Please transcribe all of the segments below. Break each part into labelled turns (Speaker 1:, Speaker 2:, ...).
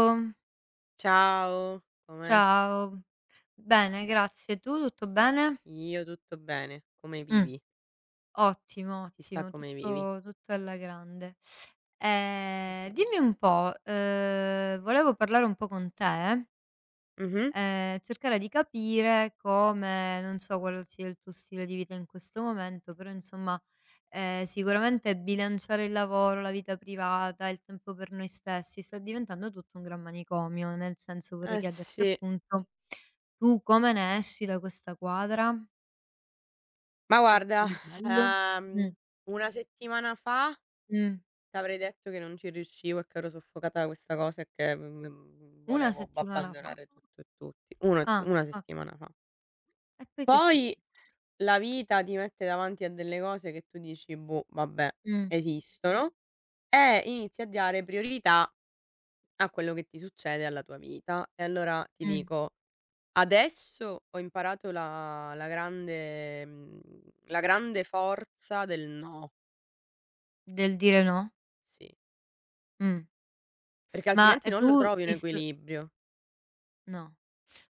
Speaker 1: Ciao.
Speaker 2: Ciao, com'è?
Speaker 1: Ciao. Bene, grazie. Tu tutto bene?
Speaker 2: Io tutto bene. Come
Speaker 1: Mh.
Speaker 2: vivi?
Speaker 1: Ottimo,
Speaker 2: Si sta
Speaker 1: ottimo,
Speaker 2: come vivi.
Speaker 1: tutto alla grande.
Speaker 2: Assolutamente.
Speaker 1: Dimmi un po', volevo parlare un po' con te.
Speaker 2: Mh-mh.
Speaker 1: Cercare di capire come, non so qual sia il tuo stile di vita in questo momento, però insomma, sicuramente bilanciare il lavoro, la vita privata, il tempo per noi stessi, sta diventando tutto un gran manicomio. Nel senso, vorrei
Speaker 2: Eh
Speaker 1: chiederti
Speaker 2: sì.
Speaker 1: appunto, tu come ne esci da questa quadra?
Speaker 2: Ma
Speaker 1: Che
Speaker 2: guarda,
Speaker 1: fai di bello?
Speaker 2: ehm,
Speaker 1: Mh,
Speaker 2: una settimana fa
Speaker 1: mh.
Speaker 2: t'avrei detto che non ci riuscivo e che ero soffocata da questa cosa e che
Speaker 1: una
Speaker 2: volevo b
Speaker 1: settimana fa.
Speaker 2: abbandonare tutto e tutti. Una
Speaker 1: Ah,
Speaker 2: una
Speaker 1: okay.
Speaker 2: settimana fa.
Speaker 1: E poi che è
Speaker 2: Poi
Speaker 1: successo?
Speaker 2: la vita ti mette davanti a delle cose che tu dici: "Boh, vabbè,
Speaker 1: Mh,
Speaker 2: esistono", e inizi a dare priorità a quello che ti succede, alla tua vita. E allora ti
Speaker 1: mh.
Speaker 2: dico, adesso ho imparato la grande forza del no,
Speaker 1: Del dire no?
Speaker 2: sì,
Speaker 1: Mh.
Speaker 2: perché
Speaker 1: Ma,
Speaker 2: altrimenti non
Speaker 1: tu
Speaker 2: lo trovi un
Speaker 1: ti st
Speaker 2: equilibrio.
Speaker 1: no.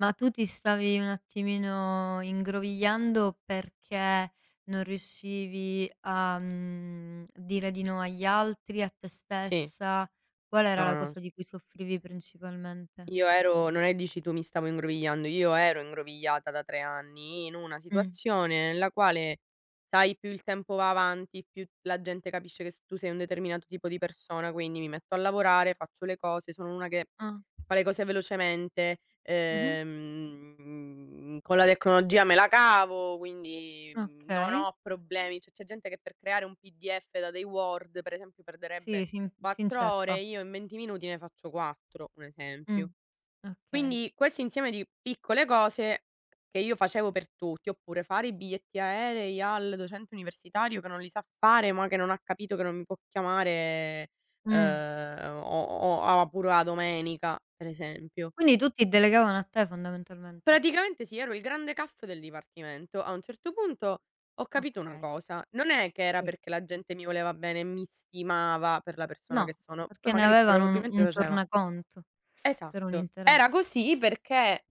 Speaker 1: Ma tu ti stavi un attimino ingrovigliando perché non riuscivi a, dire di no agli altri, a te
Speaker 2: Sì,
Speaker 1: stessa? Qual era
Speaker 2: no,
Speaker 1: la
Speaker 2: no.
Speaker 1: cosa di cui soffrivi principalmente?
Speaker 2: Io ero non è dici tu mi stavo ingrovigliando, io ero ingrovigliata da 3 anni in una
Speaker 1: Mh.
Speaker 2: situazione nella quale, sai, più il tempo va avanti, più la gente capisce che s tu sei un determinato tipo di persona, quindi mi metto a lavorare, faccio le cose, sono una che
Speaker 1: Ah.
Speaker 2: fa le cose velocemente,
Speaker 1: Mh-mh.
Speaker 2: con la tecnologia me la cavo, quindi non
Speaker 1: Okay.
Speaker 2: ho problemi. Cioè, c'è gente che per creare un PDF da dei Word, per esempio, perderebbe
Speaker 1: Sì, si
Speaker 2: 4
Speaker 1: inceppa.
Speaker 2: ore, io in 20 minuti ne faccio 4, un
Speaker 1: Mh.
Speaker 2: esempio.
Speaker 1: Okay.
Speaker 2: Quindi questo insieme di piccole cose che io facevo per tutti, oppure fare i biglietti aerei al docente universitario che non li sa fare, ma che non ha capito che non mi può chiamare,
Speaker 1: Mh.
Speaker 2: o a pure a domenica, per esempio.
Speaker 1: Quindi tutti delegavano a te fondamentalmente.
Speaker 2: Praticamente sì, ero il grande CAF del dipartimento. A un certo punto ho capito una
Speaker 1: Okay,
Speaker 2: cosa: non è che era
Speaker 1: sì.
Speaker 2: perché la gente mi voleva bene e mi stimava per la persona che
Speaker 1: No,
Speaker 2: sono, poi
Speaker 1: perché ne
Speaker 2: magari
Speaker 1: avevano un
Speaker 2: probabilmente lo
Speaker 1: un
Speaker 2: faceva.
Speaker 1: tornaconto. C'era un
Speaker 2: Esatto. Era
Speaker 1: interesse.
Speaker 2: così perché.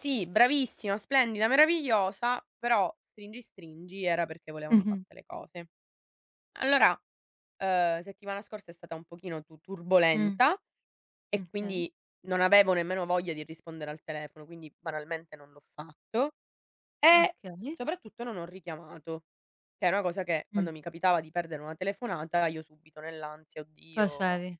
Speaker 2: Sì, bravissima, splendida, meravigliosa, però stringi stringi era perché volevano
Speaker 1: Mh-mh.
Speaker 2: fatte le cose. Allora, settimana scorsa è stata un pochino tu
Speaker 1: Mh.
Speaker 2: turbolenta e
Speaker 1: Okay,
Speaker 2: quindi non avevo nemmeno voglia di rispondere al telefono, quindi banalmente non l'ho fatto e
Speaker 1: okay.
Speaker 2: soprattutto non ho richiamato, che è una cosa che
Speaker 1: Mh,
Speaker 2: quando mi capitava di perdere una telefonata io subito nell'ansia: "Oddio".
Speaker 1: facevi,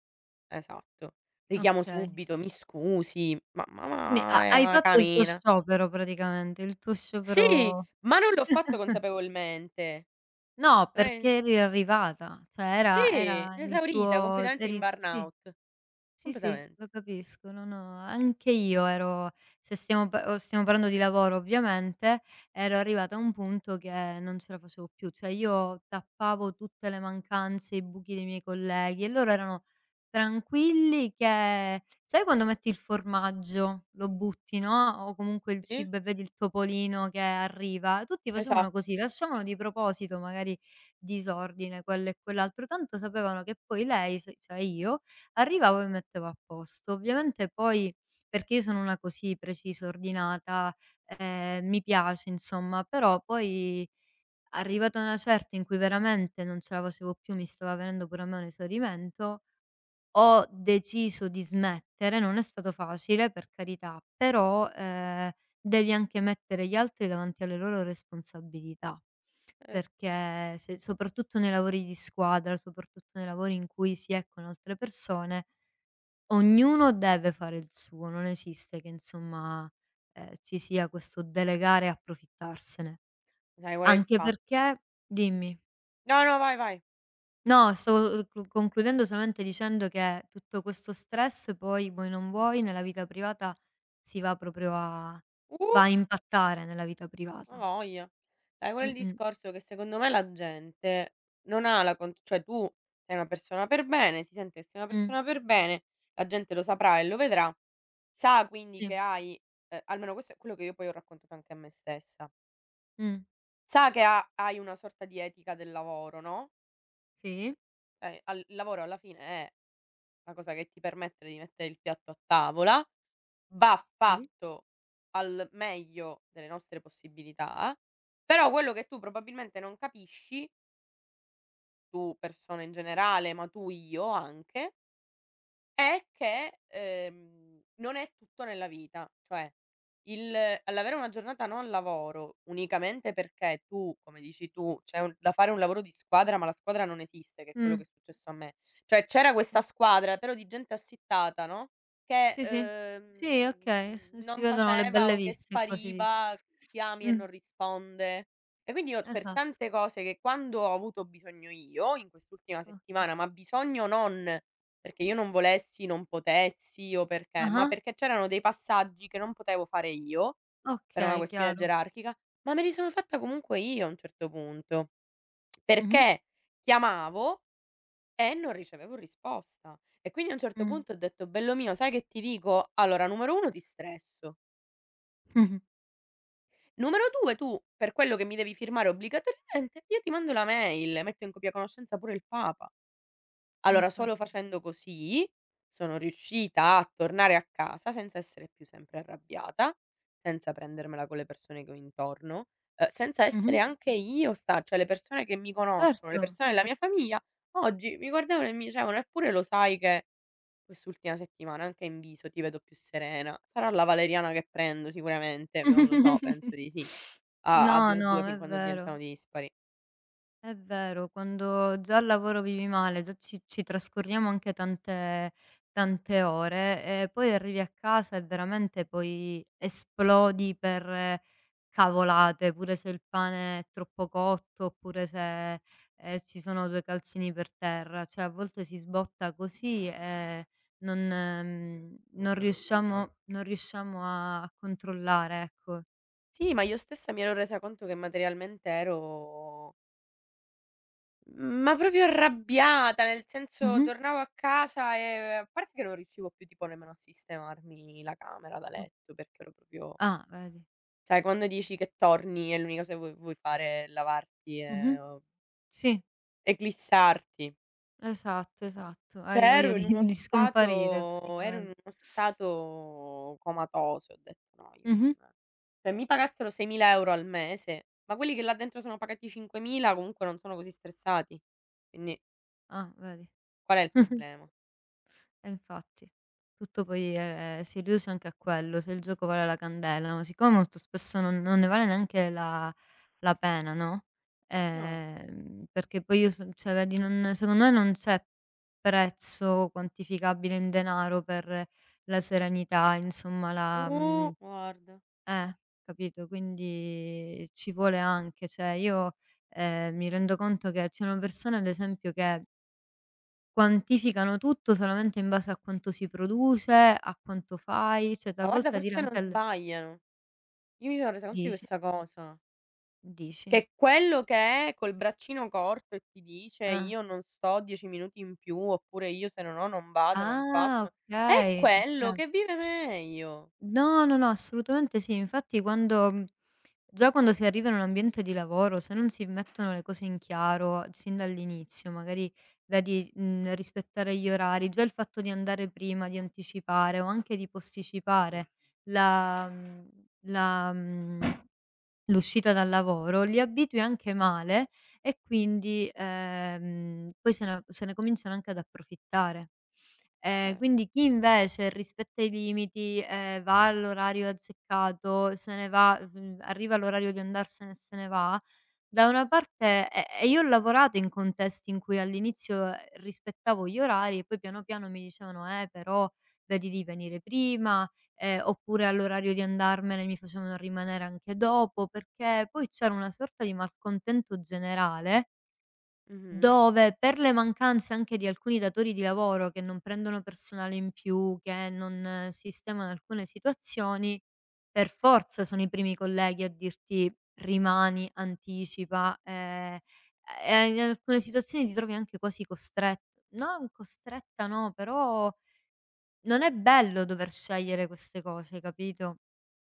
Speaker 2: Esatto. Richiamo
Speaker 1: okay.
Speaker 2: subito, mi scusi,
Speaker 1: Quindi ha hai
Speaker 2: ma
Speaker 1: fatto il tuo
Speaker 2: camina.
Speaker 1: sciopero praticamente, il tuo
Speaker 2: Sì,
Speaker 1: sciopero.
Speaker 2: ma non l'ho fatto consapevolmente.
Speaker 1: No,
Speaker 2: Non è.
Speaker 1: perché eri arrivata, cioè
Speaker 2: Sì,
Speaker 1: era il
Speaker 2: esaurita,
Speaker 1: tuo,
Speaker 2: completamente in
Speaker 1: eri sì.
Speaker 2: burnout,
Speaker 1: Sì, sì,
Speaker 2: completamente.
Speaker 1: lo capisco. No, no, anche io ero, se stiamo pa o stiamo parlando di lavoro ovviamente, ero arrivata a un punto che non ce la facevo più, cioè io tappavo tutte le mancanze, i buchi dei miei colleghi e loro erano tranquilli che, sai, quando metti il formaggio, lo butti, no, o comunque il
Speaker 2: Sì,
Speaker 1: cibo e vedi il topolino che arriva? Tutti facevano
Speaker 2: esatto.
Speaker 1: così, lasciavano di proposito magari disordine, quello e quell'altro, tanto sapevano che poi lei, s cioè io, arrivavo e mettevo a posto. Ovviamente poi, perché io sono una così precisa, ordinata, mi piace insomma, però poi arrivata a una certa in cui veramente non ce la facevo più, mi stava venendo pure a me un esaurimento, ho deciso di smettere. Non è stato facile, per carità, però, devi anche mettere gli altri davanti alle loro responsabilità,
Speaker 2: Eh,
Speaker 1: perché se, soprattutto nei lavori di squadra, soprattutto nei lavori in cui si è con altre persone, ognuno deve fare il suo, non esiste che insomma, ci sia questo delegare e approfittarsene.
Speaker 2: sai qual è il
Speaker 1: Anche
Speaker 2: fatto?
Speaker 1: perché, dimmi.
Speaker 2: No, no, vai, vai.
Speaker 1: No, stavo, clu concludendo solamente dicendo che tutto questo stress poi, vuoi non vuoi, nella vita privata si va proprio a,
Speaker 2: Uh,
Speaker 1: va a impattare nella vita
Speaker 2: a
Speaker 1: privata.
Speaker 2: voglia. Sai qual è il
Speaker 1: Mh-mh.
Speaker 2: discorso? Che secondo me la gente non ha la con cioè tu sei una persona per bene, si sente che sei una
Speaker 1: Mh.
Speaker 2: persona per bene, la gente lo saprà e lo vedrà, sa quindi
Speaker 1: Sì.
Speaker 2: che hai. Almeno questo è quello che io poi ho raccontato anche a me stessa.
Speaker 1: Mh.
Speaker 2: Sa che ha hai una sorta di etica del lavoro, no,
Speaker 1: Sì.
Speaker 2: cioè al il lavoro alla fine è la cosa che ti permette di mettere il piatto a tavola, va
Speaker 1: Sì.
Speaker 2: fatto al meglio delle nostre possibilità, però quello che tu probabilmente non capisci, tu persona in generale, ma tu io anche, è che, non è tutto nella vita, cioè il l'avere una giornata non lavoro unicamente perché tu, come dici tu, c'è un da fare un lavoro di squadra, ma la squadra non esiste, che è quello
Speaker 1: Mh.
Speaker 2: che è successo a me. Cioè c'era
Speaker 1: Mh.
Speaker 2: questa squadra però di gente assittata, no, che,
Speaker 1: Sì, sì. Sì, okay, s si
Speaker 2: non
Speaker 1: vedono le
Speaker 2: faceva
Speaker 1: belle
Speaker 2: o che
Speaker 1: viste quasi di,
Speaker 2: spariva, chiami e
Speaker 1: mh.
Speaker 2: non risponde. E quindi io per
Speaker 1: Esatto.
Speaker 2: tante cose che quando ho avuto bisogno io, in quest'ultima
Speaker 1: Okay.
Speaker 2: settimana, ma bisogno non perché io non volessi, non potessi o perché, ma
Speaker 1: Ah-ah.
Speaker 2: perché c'erano dei passaggi che non potevo fare io, per una
Speaker 1: Okay,
Speaker 2: questione
Speaker 1: chiaro.
Speaker 2: gerarchica, ma me li sono fatta comunque io a un certo punto,
Speaker 1: Mh-mh.
Speaker 2: perché chiamavo e non ricevevo risposta. E quindi a un certo
Speaker 1: Mh.
Speaker 2: punto ho detto: "Bello mio, sai che ti dico? Allora, numero 1 ti stresso,
Speaker 1: Mh-mh.
Speaker 2: numero 2 tu per quello che mi devi firmare obbligatoriamente, io ti mando la mail, metto in copia conoscenza pure il papa".
Speaker 1: E
Speaker 2: Allora, solo
Speaker 1: infatti.
Speaker 2: facendo così sono riuscita a tornare a casa senza essere più sempre arrabbiata, senza prendermela con le persone che ho intorno, senza essere
Speaker 1: Mh-mh.
Speaker 2: anche io sta cioè le persone che mi conoscono, le
Speaker 1: Certo,
Speaker 2: persone della
Speaker 1: per.
Speaker 2: mia famiglia, oggi mi guardavano e mi dicevano: "Eppure lo sai che quest'ultima settimana anche in viso ti vedo più serena. Sarà la valeriana che prendo sicuramente." Non lo so, penso di sì. A
Speaker 1: No,
Speaker 2: 2 a 2
Speaker 1: no,
Speaker 2: fin
Speaker 1: è
Speaker 2: quando diventano
Speaker 1: vero.
Speaker 2: dispari.
Speaker 1: È vero, quando già al lavoro vivi male, già ci trascorriamo anche tante ore e poi arrivi a casa e veramente poi esplodi per, cavolate, pure se il pane è troppo cotto, oppure se, ci sono 2 calzini per terra. Cioè, a volte si sbotta così e non, non riusciamo a controllare, ecco.
Speaker 2: Sì, ma io stessa mi ero resa conto che materialmente ero ma proprio arrabbiata, nel senso
Speaker 1: Mh-mh.
Speaker 2: tornavo a casa e a parte che non riuscivo più tipo nemmeno a sistemarmi la camera da
Speaker 1: Mh.
Speaker 2: letto, perché ero proprio
Speaker 1: Ah, vedi.
Speaker 2: sai quando dici che torni e l'unica cosa che vuoi fare è lavarti
Speaker 1: Mh-mh.
Speaker 2: o
Speaker 1: Sì.
Speaker 2: eclissarti.
Speaker 1: Esatto, esatto.
Speaker 2: Cioè
Speaker 1: Hai voglia di di scomparire
Speaker 2: ero in
Speaker 1: praticamen
Speaker 2: uno stato comatoso, ho detto: "No, io non".
Speaker 1: mh-mh.
Speaker 2: Cioè mi pagassero 6.000 € al mese, ma quelli che là dentro sono pagati 5.000 comunque non sono così stressati. Quindi
Speaker 1: Ah, vedi.
Speaker 2: qual è il problema?
Speaker 1: E infatti. Tutto poi, si riduce anche a quello, se il gioco vale la candela, ma siccome molto spesso non ne vale neanche la pena, no,
Speaker 2: No.
Speaker 1: perché poi io son cioè vedi, non, secondo me non c'è prezzo quantificabile in denaro per la serenità, insomma la mhmm.
Speaker 2: Guarda.
Speaker 1: Eh, capito, quindi ci vuole anche, cioè io, mi rendo conto che c'erano persone ad esempio che quantificano tutto solamente in base a quanto si produce, a quanto fai, cioè
Speaker 2: Ma guarda
Speaker 1: talvolta dire
Speaker 2: forse non
Speaker 1: anche al,
Speaker 2: sbagliano. Io mi sono resa conto di
Speaker 1: dici?
Speaker 2: questa cosa.
Speaker 1: Dici?
Speaker 2: Che quello che è col braccino corto e ti dice:
Speaker 1: Ah.
Speaker 2: "Io non sto 10 minuti in più", oppure "Io se non ho non vado, non
Speaker 1: Ah,
Speaker 2: faccio", è
Speaker 1: okay,
Speaker 2: quello
Speaker 1: oka
Speaker 2: che vive meglio.
Speaker 1: no, no, no, assolutamente sì. Infatti quando, già quando si arriva in un ambiente di lavoro, se non si mettono le cose in chiaro sin dall'inizio, magari vedi, rispettare gli orari, già il fatto di andare prima, di anticipare o anche di posticipare la mhmm, la mhmm, l'uscita dal lavoro, li abitui anche male e quindi, poi se ne cominciano anche ad approfittare.
Speaker 2: Cer
Speaker 1: Quindi chi invece rispetta i limiti, va all'orario azzeccato, se ne va, arriva all'orario di andarsene e se ne va, da una parte, e io ho lavorato in contesti in cui all'inizio, rispettavo gli orari e poi piano piano mi dicevano: però vedi di venire prima", oppure all'orario di andarmene mi facevano rimanere anche dopo, perché poi c'era una sorta di malcontento generale
Speaker 2: Mh-mh.
Speaker 1: dove, per le mancanze anche di alcuni datori di lavoro che non prendono personale in più, che non, sistemano alcune situazioni, per forza sono i primi colleghi a dirti: "Rimani, anticipa", e in alcune situazioni ti trovi anche quasi costret non costretta no, però non è bello dover scegliere queste cose, capito?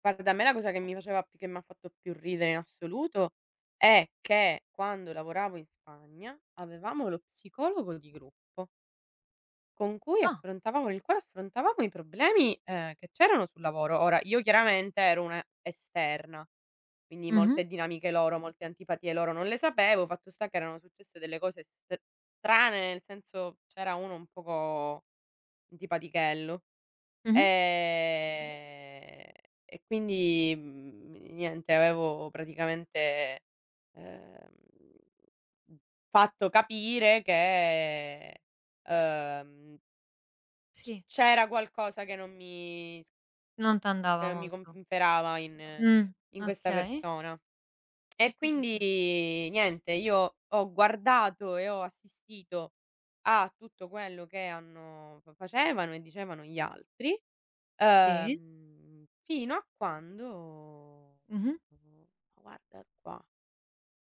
Speaker 2: Guarda, a me la cosa che mi faceva più che m'ha fatto più ridere in assoluto è che quando lavoravo in Spagna avevamo lo psicologo di gruppo. Con cui
Speaker 1: Ah,
Speaker 2: affrontavamo nel quale affrontavamo i problemi, che c'erano sul lavoro. Ora, io chiaramente ero una esterna, quindi
Speaker 1: mh-mh,
Speaker 2: molte dinamiche loro, molte antipatie loro non le sapevo, fatto sta che erano successe delle cose st strane, nel senso c'era uno un poco antipatichello,
Speaker 1: mh-mh,
Speaker 2: ehm, e quindi niente avevo praticamente, ehm, fatto capire che, ehm
Speaker 1: sì,
Speaker 2: c'era qualcosa che non mi
Speaker 1: non t'andava molto.
Speaker 2: compimperava
Speaker 1: Mh,
Speaker 2: in questa
Speaker 1: okay.
Speaker 2: persona.
Speaker 1: E
Speaker 2: E
Speaker 1: che è successo?
Speaker 2: quindi niente, io ho guardato e ho assistito a tutto quello che hanno fa facevano e dicevano gli altri,
Speaker 1: Sì.
Speaker 2: fino a quando
Speaker 1: Mh-mh.
Speaker 2: ma guarda qua,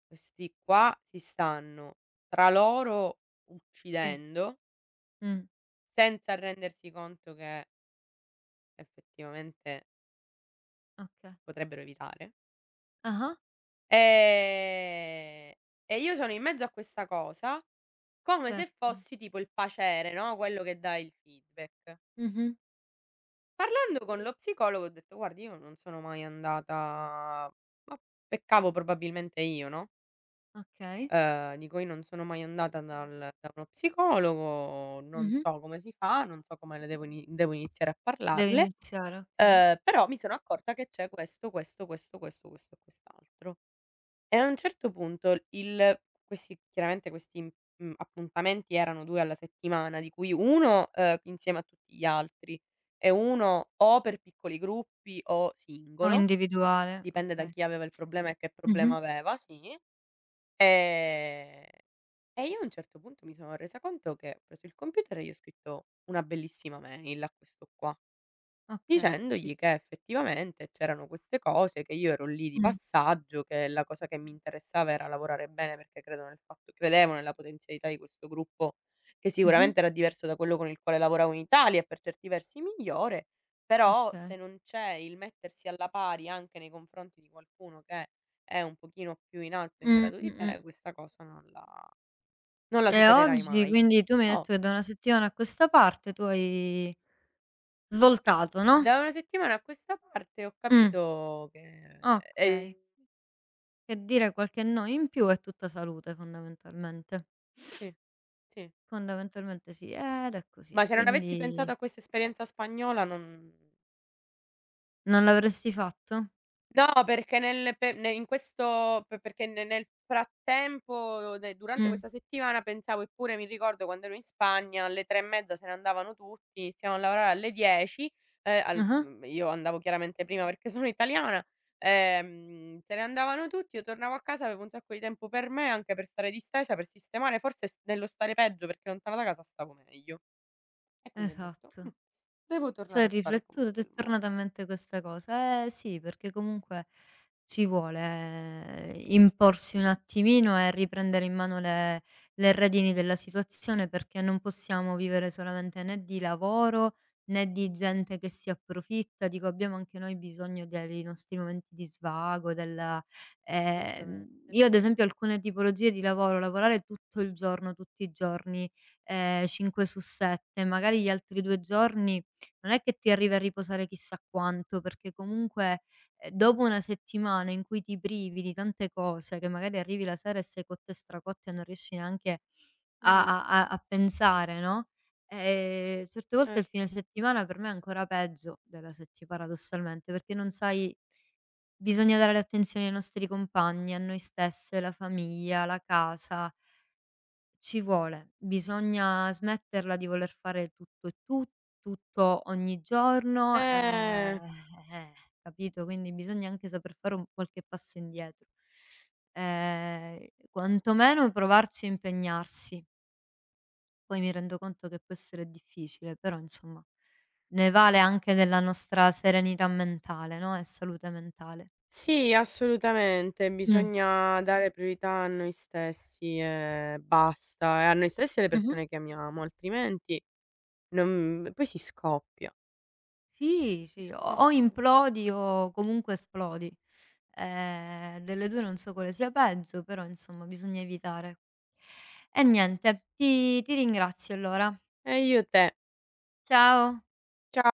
Speaker 2: questi qua si stanno tra loro
Speaker 1: Sì.
Speaker 2: uccidendo
Speaker 1: Mh.
Speaker 2: senza rendersi conto che effettivamente
Speaker 1: Okay.
Speaker 2: potrebbero evitare.
Speaker 1: Ah-ah.
Speaker 2: Ehm, e io sono in mezzo a questa cosa come se
Speaker 1: Certo.
Speaker 2: fossi tipo il paciere, no, quello che dà il feedback.
Speaker 1: Mh-mh.
Speaker 2: Parlando con lo psicologo ho detto: "Guardi io non sono mai andata", ma peccavo probabilmente io, no,
Speaker 1: Okay.
Speaker 2: dico: "Io non sono mai andata dal da uno psicologo, non
Speaker 1: Mh-mh.
Speaker 2: so come si fa, non so come le devo iniziare a
Speaker 1: Devi
Speaker 2: parlarle,
Speaker 1: iniziare, okay.
Speaker 2: però mi sono accorta che c'è questo, questo, questo, questo, questo e quest'altro". E a un certo punto l il questi chiaramente questi, appuntamenti erano 2 alla settimana, di cui 1, insieme a tutti gli altri e 1 o per piccoli gruppi o
Speaker 1: O
Speaker 2: singolo,
Speaker 1: individuale,
Speaker 2: dipende da
Speaker 1: okay.
Speaker 2: chi aveva il problema e che problema
Speaker 1: Mh-mh.
Speaker 2: aveva, sì. Ehm, e io a un certo punto mi sono resa conto che ho preso il computer e gli ho scritto una bellissima mail a questo qua.
Speaker 1: Okay.
Speaker 2: Dicendogli che effettivamente c'erano queste cose, che io ero lì di
Speaker 1: Mh.
Speaker 2: passaggio, che la cosa che mi interessava era lavorare bene perché credo nel fatto credevo nella potenzialità di questo gruppo, che
Speaker 1: Mh-mh.
Speaker 2: sicuramente era diverso da quello con il quale lavoravo in Italia e per certi versi migliore, però
Speaker 1: Okay.
Speaker 2: se non c'è il mettersi alla pari anche nei confronti di qualcuno che è un pochino più in alto in grado di
Speaker 1: Mh-mh.
Speaker 2: te, questa cosa non la
Speaker 1: E
Speaker 2: supererai
Speaker 1: oggi
Speaker 2: mai.
Speaker 1: quindi tu mi hai
Speaker 2: Oh,
Speaker 1: detto che da una settimana a questa parte tu hai svoltato, no?
Speaker 2: da una settimana a questa parte ho
Speaker 1: Mh.
Speaker 2: capito che è.
Speaker 1: Okay. Che dire qualche no in più è tutta salute fondamentalmente.
Speaker 2: Sì, sì.
Speaker 1: Fondamentalmente sì, ed è così.
Speaker 2: Ma se non avessi pensato
Speaker 1: Quindi
Speaker 2: a questa esperienza spagnola non.
Speaker 1: non l'avresti fatto?
Speaker 2: No, perché nel pe ne in questo pe perché ne nel frattempo de durante
Speaker 1: Mh.
Speaker 2: questa settimana pensavo eppure mi ricordo quando ero in Spagna alle 3 e mezza se ne andavano tutti, iniziavano a lavorare alle 10,
Speaker 1: Ah-ah.
Speaker 2: io andavo chiaramente prima perché sono italiana, se ne andavano tutti, io tornavo a casa, avevo un sacco di tempo per me, anche per stare distesa, per sistemare, forse s nello stare peggio perché lontana da casa stavo meglio. E quindi ho detto:
Speaker 1: Esatto.
Speaker 2: devo
Speaker 1: Cioè
Speaker 2: tornare
Speaker 1: hai
Speaker 2: a fare come in
Speaker 1: riflettuto, ti è
Speaker 2: quel modo".
Speaker 1: tornata a mente questa cosa. Eh sì, perché comunque ci vuole, imporsi un attimino e riprendere in mano le redini della situazione, perché non possiamo vivere solamente né di lavoro, né di gente che si approfitta. Dico, abbiamo anche noi bisogno dei nostri momenti di svago, della,
Speaker 2: Assolutamente.
Speaker 1: io ad esempio alcune tipologie di lavoro, lavorare tutto il giorno, tutti i giorni, 5 su 7, magari gli altri 2 giorni non è che ti arrivi a riposare chissà quanto, perché comunque, dopo una settimana in cui ti privi di tante cose, che magari arrivi la sera e sei cotta e stracotta e non riesci neanche a
Speaker 2: Mh-mh,
Speaker 1: pensare, no, certe volte
Speaker 2: cer
Speaker 1: il fine settimana per me è ancora peggio della settima paradossalmente, perché non sai, bisogna dare attenzione ai nostri compagni, a noi stesse, la famiglia, la casa. Ci vuole, bisogna smetterla di voler fare tutto e tu tutto ogni giorno,
Speaker 2: eh,
Speaker 1: eh, capito? Quindi bisogna anche saper fare un qualche passo indietro. Quantomeno provarci e impegnarsi. Poi mi rendo conto che può essere difficile, però insomma ne vale anche della nostra serenità mentale, no, e salute mentale.
Speaker 2: sì, assolutamente.
Speaker 1: Mh.
Speaker 2: Bisogna dare priorità a noi stessi e basta, e a noi stessi e alle
Speaker 1: Mh-mh.
Speaker 2: persone che amiamo, altrimenti non poi si scoppia,
Speaker 1: Sì,
Speaker 2: si
Speaker 1: sì, o
Speaker 2: scoppia.
Speaker 1: implodi o comunque esplodi. Delle 2 non so quale sia peggio, però insomma bisogna evitare. E niente, ti ringrazio allora.
Speaker 2: E io te.
Speaker 1: Ciao.
Speaker 2: Cia